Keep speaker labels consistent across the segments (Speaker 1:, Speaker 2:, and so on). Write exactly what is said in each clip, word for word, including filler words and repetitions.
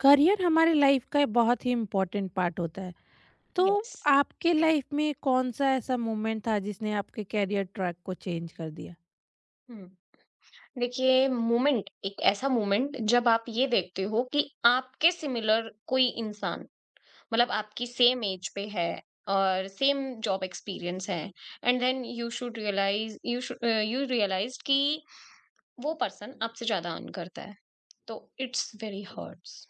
Speaker 1: Career हमारे life का एक बहुत ही इम्पोर्टेंट पार्ट होता है। तो
Speaker 2: यस।
Speaker 1: आपके लाइफ में कौन सा ऐसा मोमेंट था जिसने आपके करियर ट्रैक को चेंज कर दिया?
Speaker 2: हुँ। देखिए, मोमेंट एक ऐसा मोमेंट जब आप ये देखते हो कि आपके सिमिलर कोई इंसान, मतलब आपकी सेम एज पे है और सेम जॉब एक्सपीरियंस है। And then you should realise you you realise कि वो पर्सन आपसे ज़्यादा अर्न करता है। तो इट्स वेरी हर्ट्स।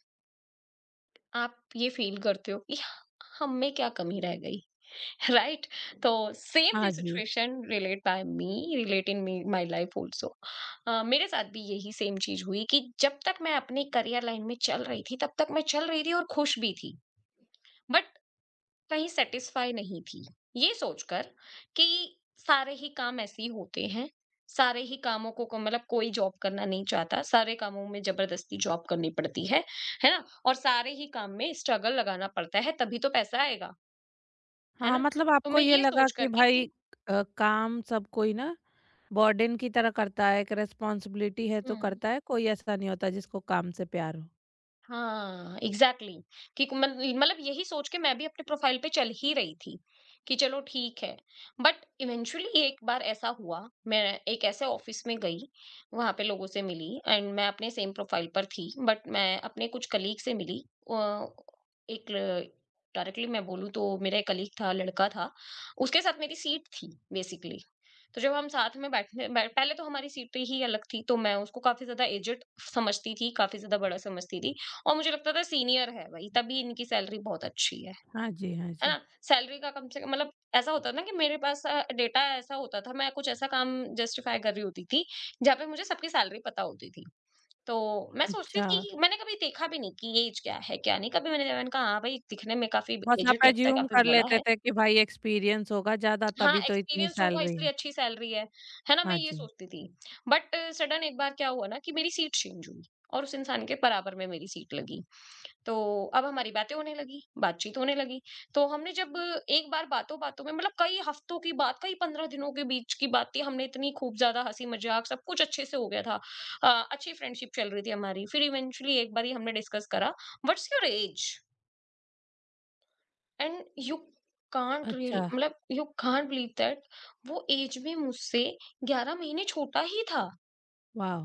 Speaker 2: आप ये फ़ील करते हो कि हम में क्या कमी रह गई? Right? तो सेम
Speaker 1: हाँ
Speaker 2: ये
Speaker 1: जी।
Speaker 2: Situation relate by me relate in me my life also. मेरे साथ भी यही सेम चीज हुई कि जब तक मैं अपनी करियर लाइन में चल रही थी तब तक मैं चल रही थी और खुश भी थी। बट कहीं सेटिस्फाई नहीं थी, ये सोचकर कि सारे ही काम ऐसे ही होते हैं। सारे ही कामों को को- मतलब कोई जॉब करना नहीं चाहता, सारे कामों में जबरदस्ती जॉब करनी पड़ती है है ना? और सारे ही काम में स्ट्रगल लगाना पड़ता है, तभी तो पैसा आएगा, है
Speaker 1: हाँ,
Speaker 2: ना?
Speaker 1: मतलब
Speaker 2: तो
Speaker 1: आपको
Speaker 2: मैं
Speaker 1: ये
Speaker 2: ये
Speaker 1: लगा
Speaker 2: सोच
Speaker 1: कि
Speaker 2: करके
Speaker 1: भाई
Speaker 2: कि
Speaker 1: अ, काम सब कोई ना बर्डन की तरह करता है, एक रेस्पॉन्सिबिलिटी है तो
Speaker 2: हुँ।
Speaker 1: करता है, कोई ऐसा नहीं होता जिसको काम से प्यार हो।
Speaker 2: हाँ, एग्ज़ैक्टली। कि क मन मतलब यही सोच के मैं भी अपने प्रोफ़ाइल पे चल ही रही थी कि चलो ठीक है। बट इवेंचुअली एक बार ऐसा हुआ, मैं एक ऐसे ऑफ़िस में गई, वहाँ पे लोगों से मिली एंड मैं अपने सेम प्रोफ़ाइल पर थी, बट मैं अपने कुछ कलीग से मिली। अ, एक ल डायरेक्टली मैं बोलूँ तो मेरा एक कलीग था, लड़का था, उसके साथ मेरी सीट थी बेसिकली। तो जब हम साथ में बैठने बै, पहले तो हमारी सीटें ही अलग थी, तो मैं उसको काफी ज्यादा एजेड समझती थी, काफी ज्यादा बड़ा समझती थी। और मुझे लगता था सीनियर है भाई, तभी इनकी सैलरी बहुत अच्छी है
Speaker 1: हाँ जी, हाँ
Speaker 2: है
Speaker 1: जी।
Speaker 2: ना? सैलरी का कम से कम मतलब ऐसा होता था ना कि मेरे पास डेटा ऐसा होता था, मैं कुछ ऐसा काम जस्टिफाई कर रही होती थी जहाँ पे मुझे सबकी सैलरी पता होती थी। तो मैं सोचती
Speaker 1: अच्छा,
Speaker 2: थी कि मैंने कभी देखा भी नहीं कि एज क्या है क्या नहीं, कभी मैंने मैंने कहा हाँ भाई, दिखने में काफी
Speaker 1: बस आप
Speaker 2: एजेड लगता है,
Speaker 1: एज्यूम
Speaker 2: काफी
Speaker 1: कर
Speaker 2: बड़ा
Speaker 1: लेते
Speaker 2: है।
Speaker 1: थे कि भाई एक्सपीरियंस होगा ज्यादा,
Speaker 2: हाँ,
Speaker 1: तभी तो इतनी
Speaker 2: एक्सपीरियंस्ड होगा
Speaker 1: सैलरी
Speaker 2: इसलिए
Speaker 1: है।
Speaker 2: अच्छी सैलरी है, है ना? मैं
Speaker 1: हाँ
Speaker 2: ये
Speaker 1: जी।
Speaker 2: सोचती थी। बट सडन एक बार क्या हुआ ना कि मेरी सीट चेंज हुई और उस इंसान के बराबर में मेरी सीट लगी। तो अब हमारी बातें होने लगी, बातचीत होने लगी। तो हमने जब अ, एक बार बातों-बातों में, मतलब कई हफ्तों की बात, कई पंद्रह दिनों के बीच की बात थी। हमने इतनी खूब ज़्यादा हँसी-मज़ाक सब कुछ अच्छे से हो गया था। अ, अच्छी फ्रेंडशिप चल रही थी हमारी। फिर इवेंचुअली एक बारी हमने डिस्कस करा, "what's your age?" And you can't real
Speaker 1: अच्छा।
Speaker 2: मतलब यू कांट बिलीव दैट वो एज में मुझसे ग्यारह महीने छोटा ही था।
Speaker 1: वाह,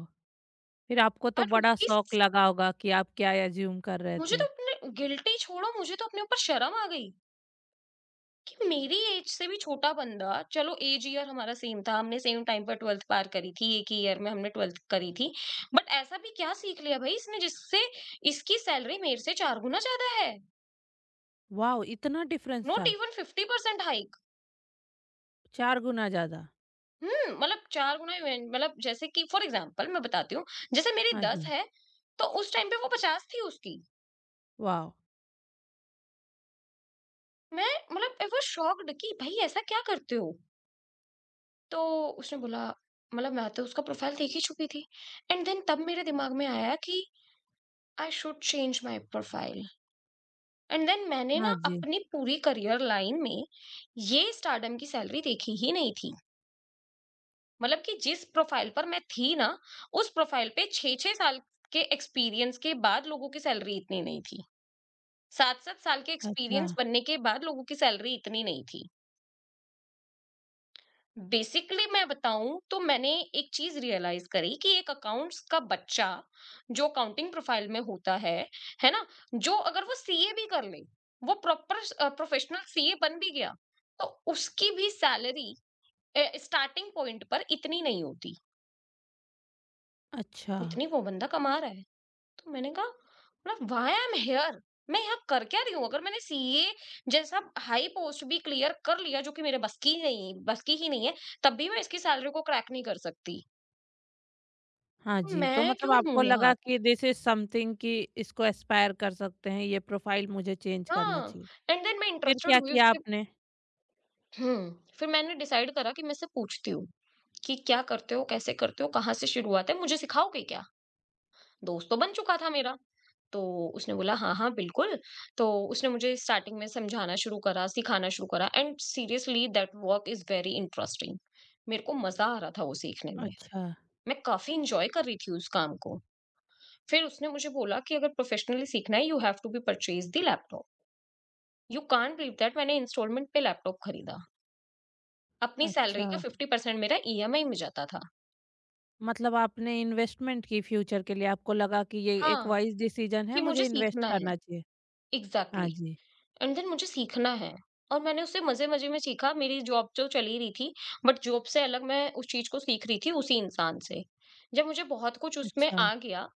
Speaker 1: फिर आपको तो
Speaker 2: बट
Speaker 1: बड़ा
Speaker 2: उसकी
Speaker 1: शॉक
Speaker 2: स-
Speaker 1: लगा होगा कि आप क्या एज्यूम कर रहे
Speaker 2: मुझे तो
Speaker 1: थे।
Speaker 2: अपने गिल्टी छोड़ो, मुझे तो अपने ऊपर शर्म आ गई कि मेरी एज से भी छोटा बंदा, चलो एज ईयर हमारा सेम था, हमने सेम टाइम पर ट्वेल्थ पार करी थी, एक ही ईयर में हमने ट्वेल्थ करी थी। बट ऐसा भी क्या सीख लिया भाई इसने, जिससे इसकी सैलरी मेरे से चार गुना ज्यादा है?
Speaker 1: वाओ! इतना डिफरेंस
Speaker 2: नॉट
Speaker 1: था,
Speaker 2: इवन फिफ्टी परसेंट।
Speaker 1: चार गुना ज़्यादा।
Speaker 2: हुँ, मतलब चार गुना इवें, मतलब जैसे कि फॉर एग्ज़ाम्पल मैं बताती हूँ, जैसे मेरी
Speaker 1: हाँ
Speaker 2: दस
Speaker 1: जी।
Speaker 2: है, तो उस टाइम पे वो पचास थी उसकी।
Speaker 1: वाओ!
Speaker 2: मैं, मतलब आई वाज़ शॉक्ड कि भाई ऐसा क्या करते हो? तो उसने बोला, मतलब मैं तो उसका प्रोफ़ाइल देख ही चुकी थी। एंड देन तब मेरे दिमाग में आया कि I should change my profile. And then मैंने ना
Speaker 1: हाँ जी।
Speaker 2: अपनी पूरी करियर लाइन में ये स्टारडम की सैलरी देखी ही नहीं थी। मतलब कि जिस प्रोफाइल पर मैं थी ना, उस प्रोफाइल पे छह छह साल के एक्सपीरियंस के बाद लोगों की सैलरी इतनी नहीं थी। सात सात साल के
Speaker 1: अच्छा।
Speaker 2: एक्सपीरियंस बनने के बाद लोगों की सैलरी इतनी नहीं थी। बेसिकली मैं बताऊँ तो मैंने एक चीज़ रियलाइज़ करी कि एक अकाउंट्स का बच्चा जो अकाउंटिंग प्रोफाइल में होता है, है ना? जो अगर वो सीए भी कर ले, वो प्रॉपर अ, प्रोफेशनल सीए बन भी गया, तो उसकी भी सैलरी अ, स्टार्टिंग पॉइंट पर इतनी नहीं होती
Speaker 1: अच्छा।
Speaker 2: जितनी वो बंदा कमा रहा है। तो मैंने कहा, मतलब व्हाई आई एम हियर? मैं यहाँ कर क्या रही हूँ? अगर मैंने सीए जैसा हाई पोस्ट भी क्लियर कर लिया, जो कि मेरे बस की नहीं, बस की ही नहीं है, तब भी मैं इसकी सैलरी को क्रैक नहीं कर सकती।
Speaker 1: हाँ
Speaker 2: तो
Speaker 1: जी, तो
Speaker 2: मैं
Speaker 1: मतलब
Speaker 2: क्यों
Speaker 1: आपको
Speaker 2: हूँ यहाँ?
Speaker 1: लगा कि दिस इज़ समथिंग कि इसको एस्पायर कर सकते हैं, ये प्रोफ़ाइल मुझे चेंज करना
Speaker 2: हाँ।
Speaker 1: चाहिए।
Speaker 2: एंड देन मैं
Speaker 1: फिर
Speaker 2: इंटरेस्टेड
Speaker 1: क्या
Speaker 2: हुई
Speaker 1: किया
Speaker 2: उसके।
Speaker 1: आपने?
Speaker 2: हम्म। फिर मैंने डिसाइड करा कि मैं इससे पूछती हूँ कि क्या करते हो, कैसे करते हो, कहाँ से शुरुआत है, मुझे सिखाओगे क्या? दोस्त तो बन चुका था मेरा। तो उसने बोला हाँ, हाँ, बिल्कुल। तो उसने मुझे स्टार्टिंग में समझाना शुरू करा, सिखाना शुरू करा and seriously that work is very interesting. मेरे को मज़ा आ रहा था वो सीखने में।
Speaker 1: अच्छा,
Speaker 2: मैं काफ़ी एन्जॉय कर रही थी उस काम को। फिर उसने मुझे बोला कि अगर प्रोफेशनली सीखना है, you have to be purchase the laptop. You can't believe that मैंने इंस्टॉलमेंट पे लैपटॉप खरीदा। अपनी सैलरी
Speaker 1: अच्छा।
Speaker 2: का पचास परसेंट मेरा ईएमआई में जाता था।
Speaker 1: मतलब आपने इन्वेस्टमेंट की फ्यूचर के लिए, आपको लगा कि ये एक
Speaker 2: हाँ,
Speaker 1: वाइज़ डिसीज़न है,
Speaker 2: कि मुझे
Speaker 1: मुझे इन्वेस्ट
Speaker 2: सीखना है।
Speaker 1: करना चाहिए। हाँ
Speaker 2: एग्ज़ैक्टली।
Speaker 1: जी।
Speaker 2: एंड देन मुझे सीखना है, और मैंने उससे मज़े-मज़े में सीखा। मेरी जॉब तो चल ही रही थी, बट जॉब से अलग मैं उस चीज़ को सीख रही थी उसी इंसान से। जब मुझे बहुत कुछ उसमें
Speaker 1: अच्छा।
Speaker 2: आ गया,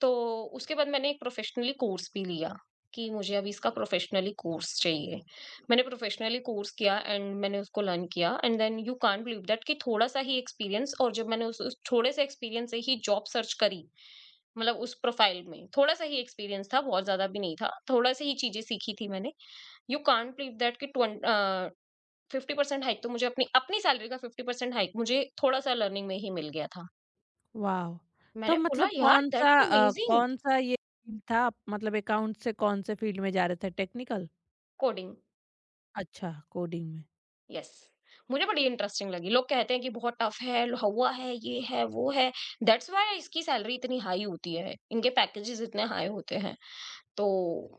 Speaker 2: तो उसके बाद मैंने एक प्रोफ़ेशनली कोर्स भी लिया कि मुझे अभी इसका प्रोफ़ेशनली कोर्स चाहिए। मैंने प्रोफ़ेशनली कोर्स किया एंड मैंने उसको लर्न किया and then you can't believe that कि थोड़ा-सा ही एक्सपीरियंस, और जब मैंने उस उस थोड़े-से एक्सपीरियंस से ही जॉब सर्च करी, मतलब उस प्रोफ़ाइल में, थोड़ा-सा ही एक्सपीरियंस था, बहुत ज़्यादा भी नहीं था। थोड़ा-सा ही चीज़ें सीखी थी मैंने। यू कांट बिलीव दैट कि ट्वें फिफ्टी परसेंट हाइक तो मुझे अपनी अपनी सैलरी का फिफ्टी परसेंट हाइक मुझे थोड़ा सा लर्निंग में ही मिल गया था।
Speaker 1: वाव! तो
Speaker 2: मैंने बोला
Speaker 1: मतलब
Speaker 2: यार
Speaker 1: कौन-सा
Speaker 2: दैट्स
Speaker 1: अ,
Speaker 2: अमेजिंग।
Speaker 1: कौन-सा ये फ़ील्ड था आप, मतलब अकाउंट से कौन से फ़ील्ड में जा रहे थे, टेक्निकल?
Speaker 2: कोडिंग।
Speaker 1: अच्छा, कोडिंग में।
Speaker 2: यस। मुझे बड़ी इंटरेस्टिंग लगी। लोग कहते हैं कि बहुत टफ है, हुआ है, ये है वो है, दैट्स व्हाई इसकी सैलरी इतनी हाई होती है, इनके पैकेजेस इतने हाई होते हैं। तो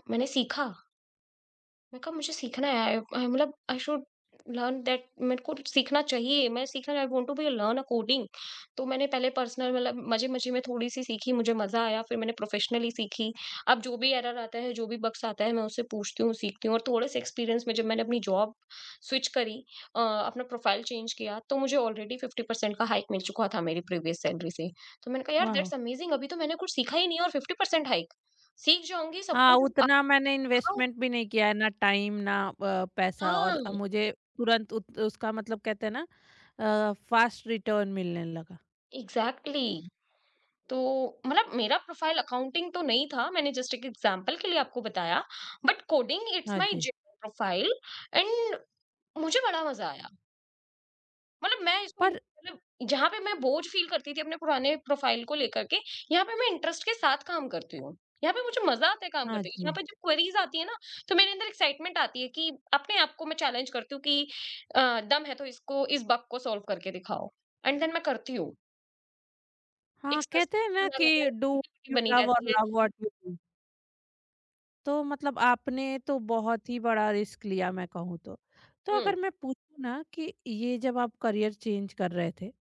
Speaker 2: मैंने सीखा। मैं कहा मुझे सीखना है, अ, मतलब आई शुड लर्न दैट, मेरे को सीखना चाहिए, मैं सीखना, I want to be learn a coding. तो मैंने पहले पर्सनल, मतलब मजे मजे में थोड़ी सी सीखी, मुझे मजा आया, फिर मैंने प्रोफेशनली सीखी। अब जो भी एरर आता है, जो भी बग्स आता है, मैं उससे पूछती हूँ, सीखती हूँ। और थोड़े से एक्सपीरियंस में जब मैंने अपनी जॉब स्विच करी, अ, अपना प्रोफाइल चेंज किया, तो मुझे ऑलरेडी फिफ्टी परसेंट का हाइक मिल चुका था मेरी प्रीवियस सैलरी से। तो मैंने कहा यार
Speaker 1: वाव!
Speaker 2: दैट्स अमेजिंग, अभी तो मैंने कुछ सीखा ही नहीं है और फिफ्टी परसेंट हाइक। सीख जाऊंगी सब
Speaker 1: हाँ,
Speaker 2: कुछ।
Speaker 1: उतना मैंने
Speaker 2: हाँ।
Speaker 1: इन्वेस्टमेंट भी नहीं किया है, ना टाइम ना अ, पैसा, और
Speaker 2: हाँ।"
Speaker 1: मुझे तुरंत उत उसका, मतलब कहते हैं ना, अ, फ़ास्ट रिटर्न मिलने लगा।
Speaker 2: Exactly exactly. तो मतलब मेरा प्रोफाइल अकाउंटिंग तो नहीं था, मैंने जस्ट एक एग्जांपल के लिए आपको बताया, बट कोडिंग इट्स
Speaker 1: हाँ
Speaker 2: माय
Speaker 1: जी,
Speaker 2: प्रोफाइल। एंड मुझे बड़ा मजा आया, मतलब मैं इसको इन-
Speaker 1: पर
Speaker 2: मतलब जहाँ पे मैं बोझ फील करती थी अपने पुराने प्रोफाइल को लेकर के, यहाँ पे मैं इंटरेस्ट के साथ काम करती हूँ, यहाँ पे मुझे मजा आता है काम
Speaker 1: हाँ
Speaker 2: करते हुए, यहाँ
Speaker 1: जी।
Speaker 2: पे जब क्वेरीज आती है ना, तो मेरे अंदर एक्साइटमेंट आती है कि अपने आप को मैं चैलेंज करती हूँ कि अ, दम है तो इसको इस बग को सॉल्व करके दिखाओ, एंड देन मैं करती हूँ।
Speaker 1: हाँ,
Speaker 2: एक
Speaker 1: कहते हैं
Speaker 2: सस्पेंस
Speaker 1: ना
Speaker 2: बना रहता
Speaker 1: कि
Speaker 2: है,
Speaker 1: डू व्हाट
Speaker 2: क्रिएटिविटी
Speaker 1: यू
Speaker 2: बनी
Speaker 1: लव और
Speaker 2: रहती है।
Speaker 1: Love what you do. तो मतलब आपने तो बहुत ही बड़ा रिस्क लिया, मैं कहूँ तो। तो
Speaker 2: हुँ,
Speaker 1: अगर मैं पूछूँ ना कि ये जब आप करियर चेंज कर रहे थे,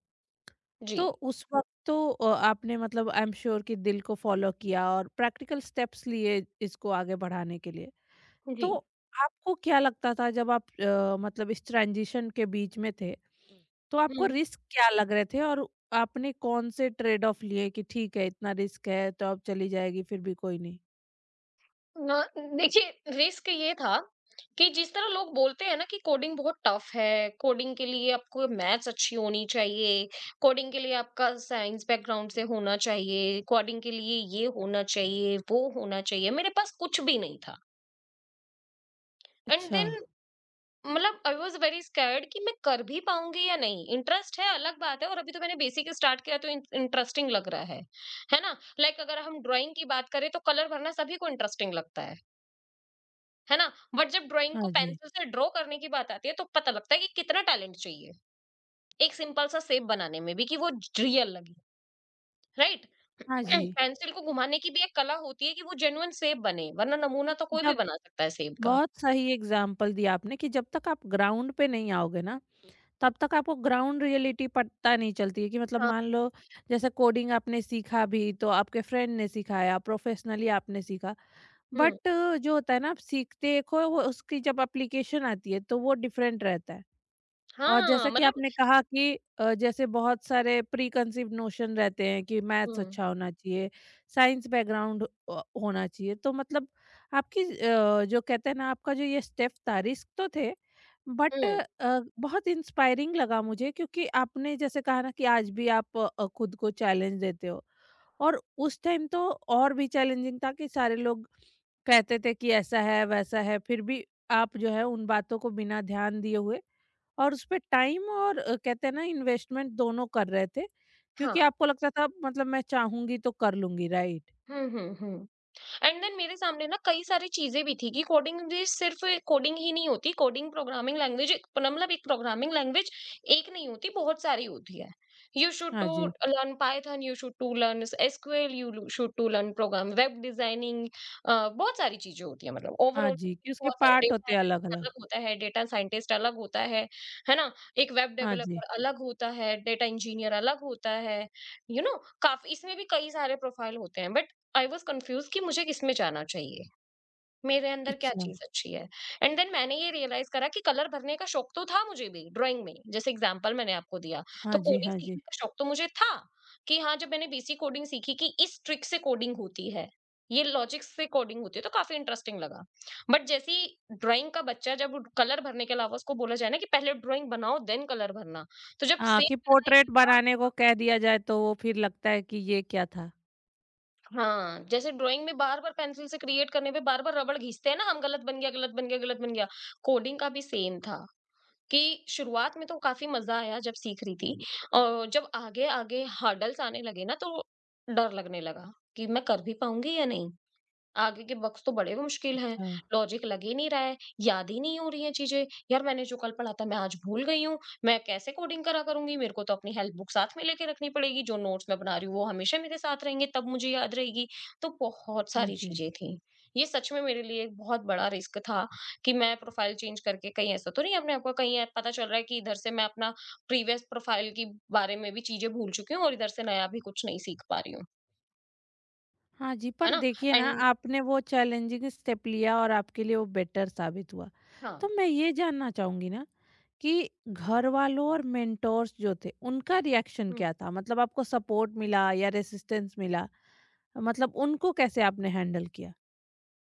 Speaker 2: जी।
Speaker 1: तो उस वक़्त तो अ, आपने मतलब आई एम श्योर कि दिल को फ़ॉलो किया और प्रैक्टिकल स्टेप्स लिए इसको आगे बढ़ाने के लिए।
Speaker 2: जी।
Speaker 1: तो आपको क्या लगता था जब आप, अ, मतलब इस ट्रांज़िशन के बीच में थे, तो आपको
Speaker 2: हुँ।
Speaker 1: रिस्क क्या लग रहे थे? और आपने कौन से ट्रेड ऑफ लिए कि ठीक है इतना रिस्क है तो अब चली जाएगी फिर भी कोई नहीं?
Speaker 2: अ, देखिए, रिस्क ये था कि जिस तरह लोग बोलते हैं ना कि कोडिंग बहुत टफ है, कोडिंग के लिए आपको मैथ्स अच्छी होनी चाहिए, कोडिंग के लिए आपका साइंस बैकग्राउंड से होना चाहिए, कोडिंग के लिए ये होना चाहिए, वो होना चाहिए, मेरे पास कुछ भी नहीं था। एंड
Speaker 1: अच्छा।
Speaker 2: देन, मतलब आई वाज वेरी स्कैर्ड कि मैं कर भी पाऊंगी या नहीं। इंटरेस्ट है अलग बात है, और अभी तो मैंने बेसिक स्टार्ट किया तो इंटरेस्टिंग लग रहा है है ना? लाइक like, अगर हम ड्राइंग की बात करें तो कलर भरना सभी को इंटरेस्टिंग लगता है है ना? बट जब ड्राइंग को
Speaker 1: हाँ जी।
Speaker 2: पेंसिल से ड्रॉ करने की बात आती है, तो पता लगता है कि कितना टैलेंट चाहिए, एक सिंपल सा शेप बनाने में भी, कि वो रियल लगे, राइट?
Speaker 1: हाँ जी।
Speaker 2: पेंसिल को घुमाने की भी एक कला होती है कि वो जेन्युइन शेप बने, वरना नमूना तो कोई भी
Speaker 1: जब,
Speaker 2: बना सकता है शेप का।
Speaker 1: बहुत सही एग्जाम्पल दिया आपने कि जब तक आप ग्राउंड पे नहीं आओगे ना, तब तक आपको ग्राउंड रियलिटी पता नहीं चलती है कि, मतलब
Speaker 2: हाँ।
Speaker 1: मान लो, जैसे कोडिंग आपने सीखा भी तो आपके फ्रेंड ने सिखाया, प्रोफेशनली आपने सीखा।
Speaker 2: हम्म।
Speaker 1: बट जो होता है ना, आप सीखते एक हो, वो उसकी जब एप्लीकेशन आती है तो वो डिफरेंट रहता है। और
Speaker 2: हाँ,
Speaker 1: जैसा कि
Speaker 2: मतलब।
Speaker 1: आपने कहा कि अ, जैसे बहुत सारे प्री कंसीव नोशन रहते हैं कि मैथ्स
Speaker 2: हम्म।
Speaker 1: अच्छा होना चाहिए, साइंस बैकग्राउंड अ, होना चाहिए। तो मतलब आपकी, अ, जो कहते हैं ना, आपका जो ये स्टेप था, रिस्क तो थे, बट
Speaker 2: हम्म।
Speaker 1: अ, बहुत इंस्पायरिंग लगा मुझे, क्योंकि आपने जैसे कहा ना कि आज भी आप अ, खुद को चैलेंज देते हो। और उस टाइम तो और भी चैलेंजिंग था कि सारे लोग कहते थे कि ऐसा है, वैसा है, फिर भी आप जो है उन बातों को बिना ध्यान दिए हुए, और उसपे टाइम और अ, कहते हैं ना, इन्वेस्टमेंट दोनों कर रहे थे,
Speaker 2: हाँ।
Speaker 1: क्योंकि आपको लगता था, मतलब मैं चाहूँगी तो कर लूँगी, right?
Speaker 2: Hmm, hmm, hmm. And then मेरे सामने ना कई सारी चीज़ें भी थी कि कोडिंग भी सिर्फ़ कोडिंग ही नहीं होती, कोडिंग प्रोग्रामिंग लैंग्वेज एक, मतलब एक प्रोग्रामिंग लैंग्वेज एक नहीं होती, बहुत सारी होती है। यू शुड
Speaker 1: हाँ
Speaker 2: टू
Speaker 1: जी,
Speaker 2: learn Python, you should to learn SQL, you should to learn program web designing, uh, बहुत सारी चीज़ें होती हैं मतलब
Speaker 1: हाँ
Speaker 2: ओवरऑल।
Speaker 1: जी, कि उसके
Speaker 2: बहुत सारे
Speaker 1: पार्ट
Speaker 2: डेटा
Speaker 1: होते हैं
Speaker 2: एनालिस्ट
Speaker 1: अलग-अलग।
Speaker 2: अलग होता है, डेटा साइंटिस्ट अलग होता है, है ना? एक वेब
Speaker 1: हाँ जी।
Speaker 2: डेवलपर अलग होता है, डेटा इंजीनियर अलग होता है। यू नो काफ़ी इसमें भी कई सारे प्रोफ़ाइल होते हैं, बट आई वॉज कंफ्यूज कि मुझे किसमें जाना चाहिए। मेरे अंदर क्या
Speaker 1: अच्छा।
Speaker 2: चीज़ अच्छी है? एंड देन मैंने ये रियलाइज़ करा कि कलर भरने का शौक तो था मुझे भी ड्राइंग में, जैसे एग्जांपल मैंने आपको दिया। तो
Speaker 1: हाँ जी,
Speaker 2: कोडिंग
Speaker 1: हाँ जी।
Speaker 2: सीखने का शौक तो मुझे था, कि हाँ, जब मैंने बीसी कोडिंग सीखी कि इस ट्रिक से कोडिंग होती है, ये लॉजिक्स से कोडिंग होती है, तो काफ़ी इंटरेस्टिंग लगा। बट जैसे ही ड्राइंग का बच्चा जब कलर भरने के अलावा उसको बोला जाए ना कि पहले ड्राइंग बनाओ देन कलर भरना, तो जब
Speaker 1: हाँ,
Speaker 2: सेम
Speaker 1: कि
Speaker 2: बनाने के
Speaker 1: पोर्ट्रेट
Speaker 2: बाद
Speaker 1: बनाने को कह दिया जाए तो वो फिर लगता है कि ये क्या था?
Speaker 2: हाँ, जैसे ड्राइंग में बार-बार पेंसिल से क्रिएट करने पे बार-बार रबड़ घिसते हैं ना, हम गलत बन गया, गलत बन गया, गलत बन गया। कोडिंग का भी सेम था कि शुरुआत में तो काफ़ी मज़ा आया जब सीख रही थी, और जब आगे-आगे हर्डल्स आने लगे ना, तो डर लगने लगा कि मैं कर भी पाऊँगी या नहीं? आगे के बक्स तो बड़े मुश्किल हैं,
Speaker 1: अच्छा,
Speaker 2: लॉजिक लग ही नहीं रहा है, याद ही नहीं हो रही हैं चीज़ें। यार, मैंने जो कल पढ़ा था मैं आज भूल गई हूँ, मैं कैसे कोडिंग करा करूँगी? मेरे को तो अपनी हेल्प बुक साथ में लेके रखनी पड़ेगी, जो नोट्स मैं बना रही हूँ वो हमेशा मेरे साथ रहेंगे, तब मुझे याद रहेगी। तो बहुत
Speaker 1: हाँ
Speaker 2: सारी
Speaker 1: जी।
Speaker 2: चीज़ें थी। ये सच में मेरे लिए एक बहुत बड़ा रिस्क था कि मैं प्रोफ़ाइल चेंज करके कहीं ऐसा तो नहीं, अपने आप को कहीं ए पता चल रहा है कि इधर से मैं अपना प्रीवियस प्रोफ़ाइल के बारे में भी चीज़ें भूल चुकी हूँ, और इधर से नया भी कुछ नहीं सीख पा रही हूँ।
Speaker 1: हाँ जी,
Speaker 2: है
Speaker 1: पर
Speaker 2: ना?
Speaker 1: देखिए ना,
Speaker 2: एंड
Speaker 1: आपने वो चैलेंजिंग स्टेप लिया और आपके लिए वो बेटर साबित हुआ।
Speaker 2: हाँ।
Speaker 1: तो मैं ये जानना चाहूँगी ना कि घर वालों और मेंटोर्स जो थे उनका रिएक्शन
Speaker 2: हुँ।
Speaker 1: क्या था, मतलब आपको सपोर्ट मिला या रेसिस्टेंस मिला, मतलब उनको कैसे आपने हैंडल किया?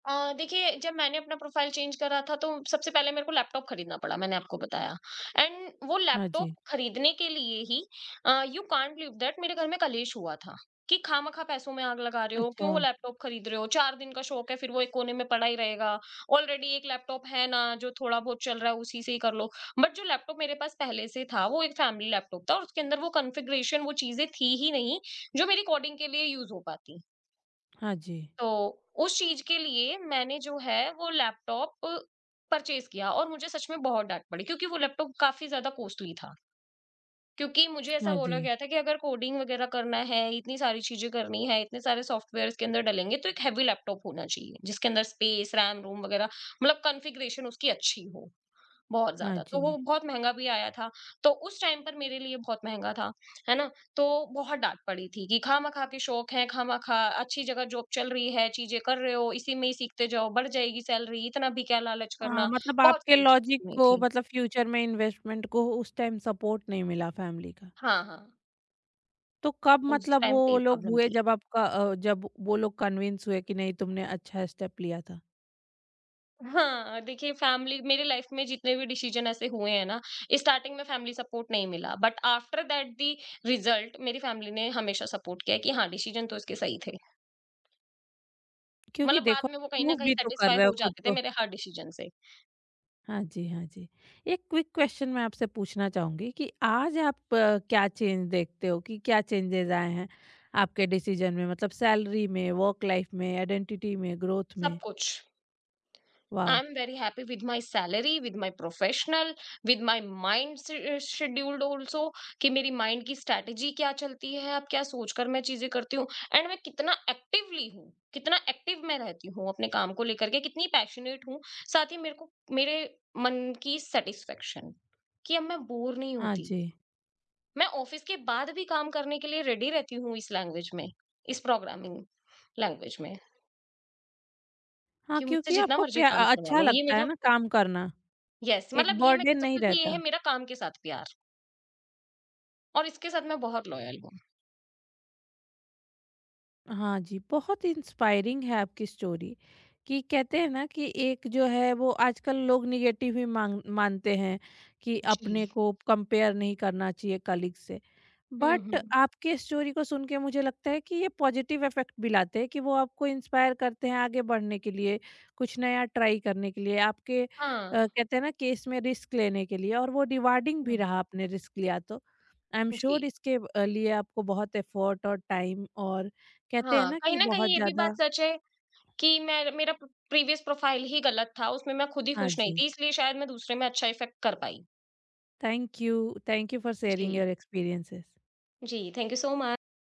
Speaker 2: अ, देखिए, जब मैंने अपना प्रोफ़ाइल चेंज करा था तो सबसे पहले मेरे को लैपटॉप खरीदना पड़ा, मैंने आपको बताया। एंड वो
Speaker 1: हाँ
Speaker 2: लैपटॉप
Speaker 1: जी।
Speaker 2: खरीदने के लिए ही uh, you can't believe that मेरे घर में कलेश हुआ था कि खामखा पैसों में आग लगा रहे हो,
Speaker 1: अच्छा।
Speaker 2: क्यों वो लैपटॉप खरीद रहे हो? चार दिन का शौक है, फिर वो एक कोने में पड़ा ही रहेगा। ऑलरेडी एक लैपटॉप है ना, जो थोड़ा बहुत चल रहा है उसी से ही कर लो। बट जो लैपटॉप मेरे पास पहले से था वो एक फैमिली लैपटॉप था, और उसके अंदर वो कॉन्फ़िगरेशन, वो चीज़ें थी ही नहीं जो मेरी कोडिंग के लिए यूज़ हो पाती।
Speaker 1: हाँ जी।
Speaker 2: तो उस चीज़ के लिए मैंने जो है वो लैपटॉप परचेज़ किया, और मुझे सच में बहुत डाँट पड़ी क्योंकि वो लैपटॉप काफ़ी ज़्यादा कॉस्टली था। क्योंकि मुझे ऐसा
Speaker 1: हाँ जी।
Speaker 2: बोला गया था कि अगर कोडिंग वग़ैरह करना है, इतनी सारी चीज़ें करनी है, इतने सारे सॉफ्टवेयर्स के अंदर डलेंगे, तो एक हेवी लैपटॉप होना चाहिए, जिसके अंदर स्पेस, रैम, रोम वग़ैरह, मतलब कॉन्फ़िगरेशन उसकी अच्छी हो। बहुत
Speaker 1: हाँ
Speaker 2: ज़्यादा, तो वो
Speaker 1: जी।
Speaker 2: बहुत महँगा भी आया था, तो उस टाइम पर मेरे लिए बहुत महँगा था, है ना? तो बहुत डाँट पड़ी थी कि खामा-खा के शौक हैं, खामा-खा अच्छी जगह जॉब चल रही है, चीज़ें कर रहे हो, इसी में ही सीखते जाओ, बढ़ जाएगी सैलरी, इतना भी क्या लालच
Speaker 1: हाँ,
Speaker 2: करना,
Speaker 1: मतलब
Speaker 2: बहुत
Speaker 1: आपके
Speaker 2: सारी चीज़ें
Speaker 1: लॉजिक
Speaker 2: सुनी
Speaker 1: को,
Speaker 2: थी।
Speaker 1: मतलब फ्यूचर में इन्वेस्टमेंट को उस टाइम सपोर्ट नहीं मिला फैमिली का।
Speaker 2: हाँ, हाँ,
Speaker 1: तो कब,
Speaker 2: उस
Speaker 1: मतलब
Speaker 2: टाइम
Speaker 1: वो
Speaker 2: पे ये
Speaker 1: लोग
Speaker 2: प्रॉब्लम
Speaker 1: हुए,
Speaker 2: थी।
Speaker 1: जब आपका अ, जब वो लोग कन्विंस हुए कि नहीं, तुमने अच्छा स्टेप लिया था,
Speaker 2: हाँ, देखिए, फैमिली मेरी लाइफ़ में जितने भी डिसीज़न ऐसे हुए हैं ना, स्टार्टिंग में फैमिली सपोर्ट नहीं मिला, but after that the result मेरी फैमिली ने हमेशा सपोर्ट किया कि हाँ, डिसीज़न तो इसके सही थे।
Speaker 1: क्योंकि
Speaker 2: मतलब बाद
Speaker 1: देखो
Speaker 2: में वो कहीं न
Speaker 1: प्रूफ
Speaker 2: कहीं
Speaker 1: भी तो कर
Speaker 2: सैटिस्फाई
Speaker 1: रहे हो
Speaker 2: हो
Speaker 1: खुद
Speaker 2: जाते थे
Speaker 1: को।
Speaker 2: मेरे हर डिसीजन से,
Speaker 1: हाँ जी, हाँ जी। एक क्विक क्वेश्चन मैं आपसे पूछना चाहूँगी कि आज आप, अ, क्या चेंज देखते हो, कि क्या चेंजेज़ आए हैं आपके डिसीज़न में? मतलब सैलरी में, वर्क लाइफ में, आइडेंटिटी में, ग्रोथ
Speaker 2: सब
Speaker 1: में?
Speaker 2: कुछ। I
Speaker 1: wow!
Speaker 2: Am very happy with my salary, with my professional, with my mind स अ, शेड्यूल्ड ऑल्सो, कि मेरी माइंड की स्ट्रैटेजी क्या चलती है, अब क्या सोचकर मैं चीज़ें करती हूँ, एंड मैं कितना एक्टिवली हूँ, कितना एक्टिव मैं रहती हूँ अपने काम को लेकर के, कितनी पैशनेट हूँ। साथ ही मेरे को मेरे मन की सैटिस्फैक्शन, कि अब मैं बोर नहीं
Speaker 1: हाँ
Speaker 2: होती।
Speaker 1: जी।
Speaker 2: मैं ऑफिस के बाद भी काम करने के लिए रेडी रहती हूँ इस लैंग्वेज में, इस प्रोग्रामिंग लैंग्वेज में,
Speaker 1: हाँ,
Speaker 2: कि मुझसे
Speaker 1: क्योंकि
Speaker 2: जितना
Speaker 1: आपको
Speaker 2: मर्ज़ी
Speaker 1: प्या
Speaker 2: काम
Speaker 1: अ,
Speaker 2: करवा
Speaker 1: अच्छा
Speaker 2: लो। ये
Speaker 1: लगता है
Speaker 2: मेरा
Speaker 1: ना काम करना,
Speaker 2: यस,
Speaker 1: एक
Speaker 2: मतलब ये मैं कह
Speaker 1: बर्डन
Speaker 2: सकती
Speaker 1: नहीं
Speaker 2: हूँ कि ये
Speaker 1: रहता।
Speaker 2: है मेरा काम के साथ प्यार, और इसके साथ मैं बहुत लॉयल हूँ।
Speaker 1: हाँ जी, बहुत इंस्पायरिंग है आपकी स्टोरी। कि कहते हैं ना कि एक जो है वो आजकल लोग नेगेटिव ही माँग मानते हैं कि अपने
Speaker 2: जी।
Speaker 1: को कंपेयर नहीं करना चाहिए कलीग से।
Speaker 2: Hmm,
Speaker 1: but
Speaker 2: hmm.
Speaker 1: आपके स्टोरी को सुन के मुझे लगता है कि ये पॉजिटिव इफेक्ट भी लाते हैं, कि वो आपको इंस्पायर करते हैं आगे बढ़ने के लिए, कुछ नया ट्राई करने के लिए, आपके अ,
Speaker 2: हाँ,
Speaker 1: कहते हैं ना केस में रिस्क लेने के लिए। और वो रिवार्डिंग भी
Speaker 2: हुँ।
Speaker 1: रहा, आपने रिस्क लिया तो। आई एम श्योर
Speaker 2: जी।
Speaker 1: इसके अ, लिए आपको बहुत एफर्ट और टाइम और कहते हैं
Speaker 2: हाँ,
Speaker 1: ना
Speaker 2: कहीं
Speaker 1: कि
Speaker 2: न
Speaker 1: बहुत
Speaker 2: कहीं ये भी
Speaker 1: ज़्यादा।
Speaker 2: बात सच है कि मैं मेरा प प्रीवियस प्रोफाइल ही गलत था, उसमें मैं खुद ही
Speaker 1: हाँ
Speaker 2: खुश नहीं
Speaker 1: जी।
Speaker 2: थी, इसलिए शायद मैं दूसरे में अच्छा इफ़ेक्ट कर पाई।
Speaker 1: Thank you. Thank you for
Speaker 2: जी।
Speaker 1: Sharing your experiences.
Speaker 2: जी, थैंक यू सो मच।